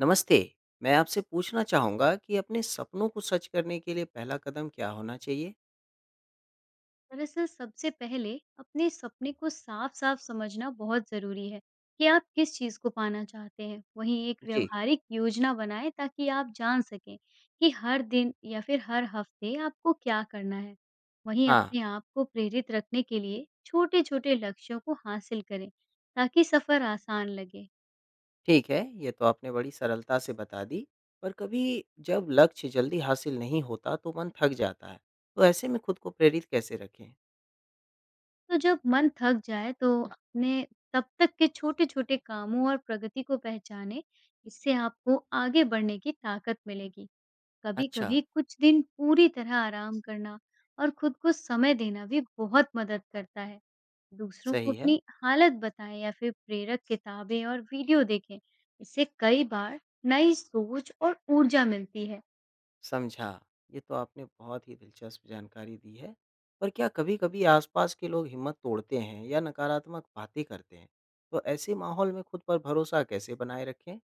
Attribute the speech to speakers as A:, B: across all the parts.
A: नमस्ते, मैं आपसे पूछना चाहूँगा कि अपने सपनों को सच करने के लिए पहला कदम क्या होना चाहिए?
B: दरअसल सबसे पहले अपने सपने को साफ साफ समझना बहुत जरूरी है कि आप किस चीज को पाना चाहते हैं। वहीं एक
A: जी।
B: व्यवहारिक योजना बनाएं, ताकि आप जान सकें कि हर दिन या फिर हर हफ्ते आपको क्या करना है। वहीं
A: हाँ।
B: अपने आप को प्रेरित रखने के लिए छोटे छोटे लक्ष्यों को हासिल करें, ताकि सफर आसान लगे।
A: ठीक है, ये तो आपने बड़ी सरलता से बता दी, पर कभी जब लक्ष्य जल्दी हासिल नहीं होता तो मन थक जाता है, तो ऐसे में खुद को प्रेरित कैसे रखें?
B: तो जब मन थक जाए, तो अपने तब तक के छोटे छोटे कामों और प्रगति को पहचानें। इससे आपको आगे बढ़ने की ताकत मिलेगी।
A: अच्छा।
B: कभी-कभी कुछ दिन पूरी तरह आराम करना और खुद को समय देना भी बहुत मदद करता है। दूसरों को
A: सही है।
B: अपनी हालत बताएं या फिर प्रेरक किताबें और वीडियो देखें। इससे कई बार नई सोच और ऊर्जा मिलती है।
A: समझा। ये तो आपने बहुत ही दिलचस्प जानकारी दी है, पर क्या कभी-कभी आसपास के लोग हिम्मत तोड़ते हैं या नकारात्मक बातें करते हैं, तो ऐसे माहौल में खुद पर भरोसा कैसे बनाए रखें?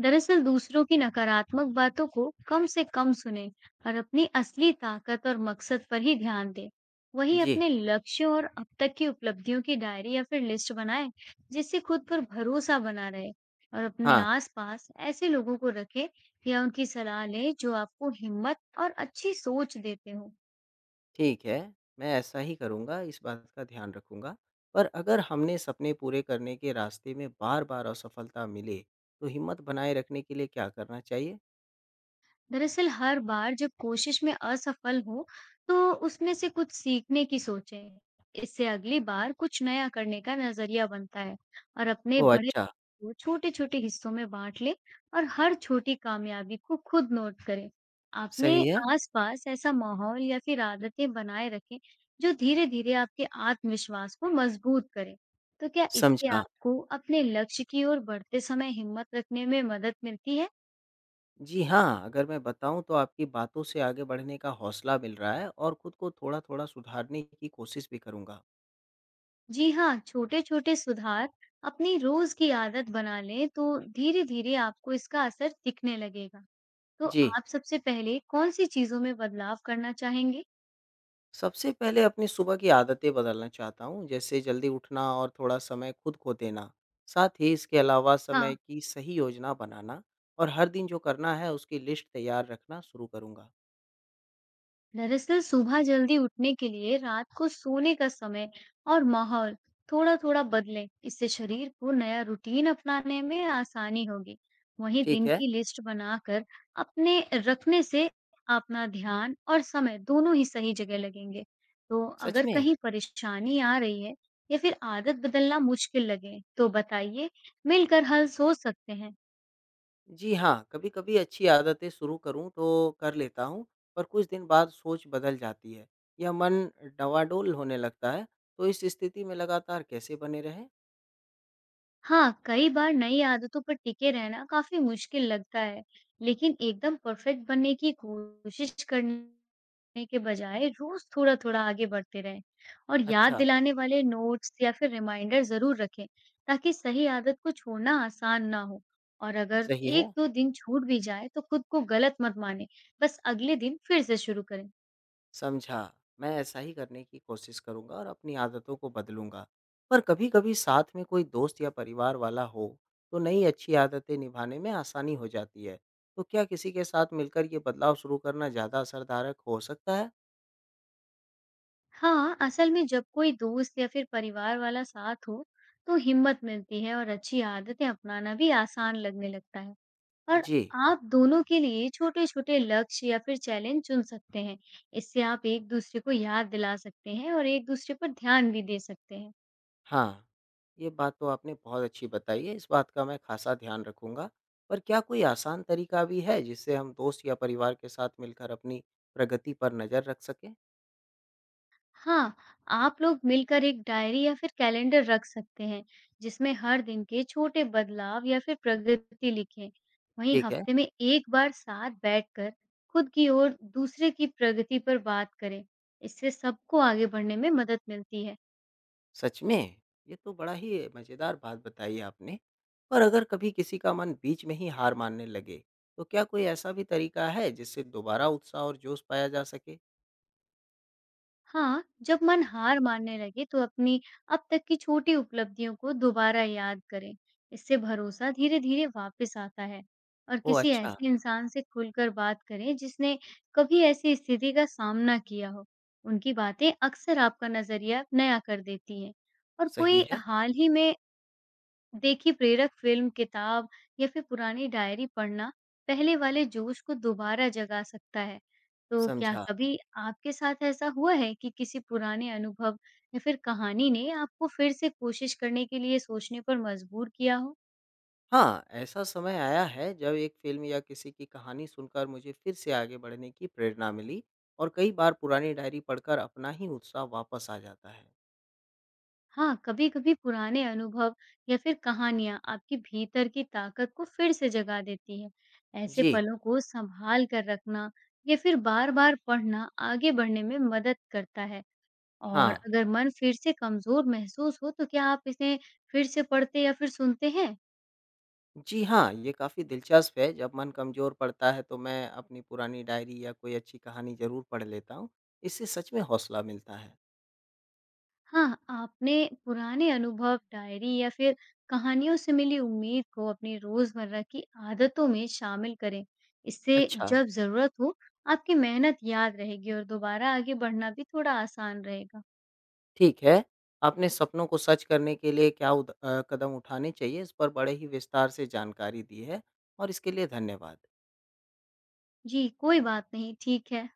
B: दरअसल दूसरों की नकारात्मक बातों को कम से कम सुने और अपनी असली ताकत और मकसद पर ही ध्यान दें। वहीं
A: जी।
B: अपने लक्ष्यों और अब तक की उपलब्धियों की डायरी या फिर लिस्ट बनाएं, जिससे खुद पर भरोसा बना रहे। और अपने
A: हाँ।
B: आसपास ऐसे लोगों को रखें या उनकी सलाह लें, जो आपको हिम्मत और अच्छी सोच देते हो।
A: ठीक है, मैं ऐसा ही करूँगा, इस बात का ध्यान रखूँगा। पर अगर हमने सपने पूरे करने के रास्ते में बार-बार असफलता मिले, तो हिम्मत बनाए रखने के लिए क्या करना चाहिए?
B: दरअसल हर बार जब कोशिश में असफल हो, तो उसमें से कुछ सीखने की सोचें। इससे अगली बार कुछ नया करने का नजरिया बनता है। और अपने
A: ओह!
B: बड़े
A: अच्छा।
B: को छोटे-छोटे हिस्सों में बांट लें और हर छोटी कामयाबी को खुद नोट करें। अपने
A: सही है।
B: आसपास ऐसा माहौल या फिर आदतें बनाए रखें, जो धीरे-धीरे आपके आत्मविश्वास को मजबूत करें। तो क्या इससे
A: समझा।
B: आपको अपने लक्ष्य की ओर बढ़ते समय हिम्मत रखने में मदद मिलती है?
A: जी हाँ, अगर मैं बताऊँ तो आपकी बातों से आगे बढ़ने का हौसला मिल रहा है और खुद को थोड़ा-थोड़ा सुधारने की कोशिश भी करूँगा।
B: जी हाँ, छोटे-छोटे सुधार अपनी रोज की आदत बना लें, तो धीरे-धीरे आपको इसका असर दिखने लगेगा। तो
A: जी।
B: आप सबसे पहले कौन-सी चीज़ों में बदलाव करना चाहेंगे?
A: सबसे पहले अपनी सुबह की आदतें बदलना चाहता हूँ, जैसे जल्दी उठना और थोड़ा समय खुद को देना। साथ ही इसके अलावा
B: हाँ।
A: समय की सही योजना बनाना और हर दिन जो करना है उसकी लिस्ट तैयार रखना शुरू करूँगा।
B: दरअसल सुबह जल्दी उठने के लिए रात को सोने का समय और माहौल थोड़ा-थोड़ा बदलें। इससे शरीर को नया रूटीन अपनाने में आसानी होगी। वहीं
A: ठीक
B: दिन
A: है।
B: की लिस्ट बनाकर अपने रखने से अपना ध्यान और समय दोनों ही सही जगह लगेंगे। तो
A: सच
B: अगर
A: में?
B: कहीं परेशानी आ रही है या फिर आदत बदलना मुश्किल लगे, तो बताइए, मिलकर हल सोच सकते हैं।
A: जी हाँ, कभी-कभी अच्छी आदतें शुरू करूँ तो कर लेता हूँ, पर कुछ दिन बाद सोच बदल जाती है या मन डवाडोल होने लगता है, तो इस स्थिति में लगातार कैसे बने रहें?
B: हाँ, कई बार नई आदतों पर टिके रहना काफ़ी मुश्किल लगता है, लेकिन एकदम परफेक्ट बनने की कोशिश करने के बजाय रोज़ थोड़ा-थोड़ा आगे बढ़ते रहें और याद
A: अच्छा।
B: दिलाने वाले नोट्स या फिर रिमाइंडर ज़रूर रखें, ताकि सही आदत को छोड़ना आसान ना हो। और अगर
A: सही है।
B: 1-2 दिन छूट भी जाए, तो खुद को गलत मत मानें, बस अगले दिन फिर से शुरू करें।
A: समझा। मैं ऐसा ही करने की कोशिश करूँगा और अपनी आदतों को बदलूँगा। पर कभी-कभी साथ में कोई दोस्त या परिवार वाला हो, तो नई अच्छी आदतें निभाने में आसानी हो जाती है। तो क्या किसी के साथ मिलकर ये बदलाव शुरू करना ज़्यादा असरदारक हो सकता है?
B: हाँ, असल में जब कोई दोस्त या फिर परिवार वाला साथ हो, तो हिम्मत मिलती है और अच्छी आदतें अपनाना भी आसान लगने लगता है। और
A: जी।
B: आप दोनों के लिए छोटे-छोटे लक्ष्य या फिर चैलेंज चुन सकते हैं। इससे आप एक दूसरे को याद दिला सकते हैं और एक दूसरे पर ध्यान भी दे सकते हैं।
A: हाँ। ये बात तो आपने बहुत अच्छी बताई है, इस बात का मैं ख़ासा ध्यान रखूँगा। पर क्या कोई आसान तरीका भी है, जिससे हम दोस्त या परिवार के साथ मिलकर अपनी प्रगति पर नज़र रख सकें?
B: हाँ, आप लोग मिलकर एक डायरी या फिर कैलेंडर रख सकते हैं, जिसमें हर दिन के छोटे बदलाव या फिर प्रगति लिखें। वहीं
A: ठीक है।
B: हफ्ते में एक बार साथ बैठकर खुद की और दूसरे की प्रगति पर बात करें। इससे सबको आगे बढ़ने में मदद मिलती है।
A: सच में! ये तो बड़ा ही मज़ेदार बात बताई आपने। पर अगर कभी किसी का मन बीच में ही हार मानने लगे, तो क्या कोई ऐसा भी तरीका है जिससे दोबारा उत्साह और जोश पाया जा सके?
B: हाँ, जब मन हार मानने लगे, तो अपनी अब तक की छोटी उपलब्धियों को दोबारा याद करें। इससे भरोसा धीरे-धीरे वापस आता है। और
A: ओह,
B: किसी
A: अच्छा।
B: ऐसे इंसान से खुलकर बात करें, जिसने कभी ऐसी स्थिति का सामना किया हो। उनकी बातें अक्सर आपका नज़रिया नया कर देती हैं। और
A: सही
B: कोई
A: है।
B: हाल ही में देखिए प्रेरक फिल्म, किताब या फिर पुरानी डायरी पढ़ना पहले वाले जोश को दोबारा जगा सकता है। तो क्या
A: समझा।
B: कभी आपके साथ ऐसा हुआ है कि किसी पुराने अनुभव या फिर कहानी ने आपको फिर से कोशिश करने के लिए सोचने पर मजबूर किया हो?
A: हाँ, ऐसा समय आया है जब एक फ़िल्म या किसी की कहानी सुनकर मुझे फिर से आगे बढ़ने की प्रेरणा मिली और कई बार पुरानी डायरी पढ़कर अपना ही उत्साह वापस आ जाता है।
B: हाँ, कभी-कभी पुराने अनुभव या फिर कहानियाँ आपके भीतर की ताकत को फिर से जगा देती है। ऐसे
A: जी।
B: पलों को संभाल कर रखना या फिर बार-बार पढ़ना आगे बढ़ने में मदद करता है।
A: हाँ।
B: और अगर मन फिर से कमज़ोर महसूस हो, तो क्या आप इसे फिर से पढ़ते या फिर सुनते हैं?
A: जी हाँ, ये काफ़ी दिलचस्प है, जब मन कमज़ोर पड़ता है तो मैं अपनी पुरानी डायरी या कोई अच्छी कहानी ज़रूर पढ़ लेता हूँ, इससे सच में हौसला मिलता है।
B: हाँ, आपने पुराने अनुभव, डायरी या फिर कहानियों से मिली उम्मीद को अपनी रोज़मर्रा की आदतों में शामिल करें। इससे
A: अच्छा।
B: जब ज़रूरत हो, आपकी मेहनत याद रहेगी और दोबारा आगे बढ़ना भी थोड़ा आसान रहेगा।
A: ठीक है, आपने सपनों को सच करने के लिए क्या कदम उठाने चाहिए इस पर बड़े ही विस्तार से जानकारी दी है और इसके लिए धन्यवाद।
B: जी, कोई बात नहीं, ठीक है।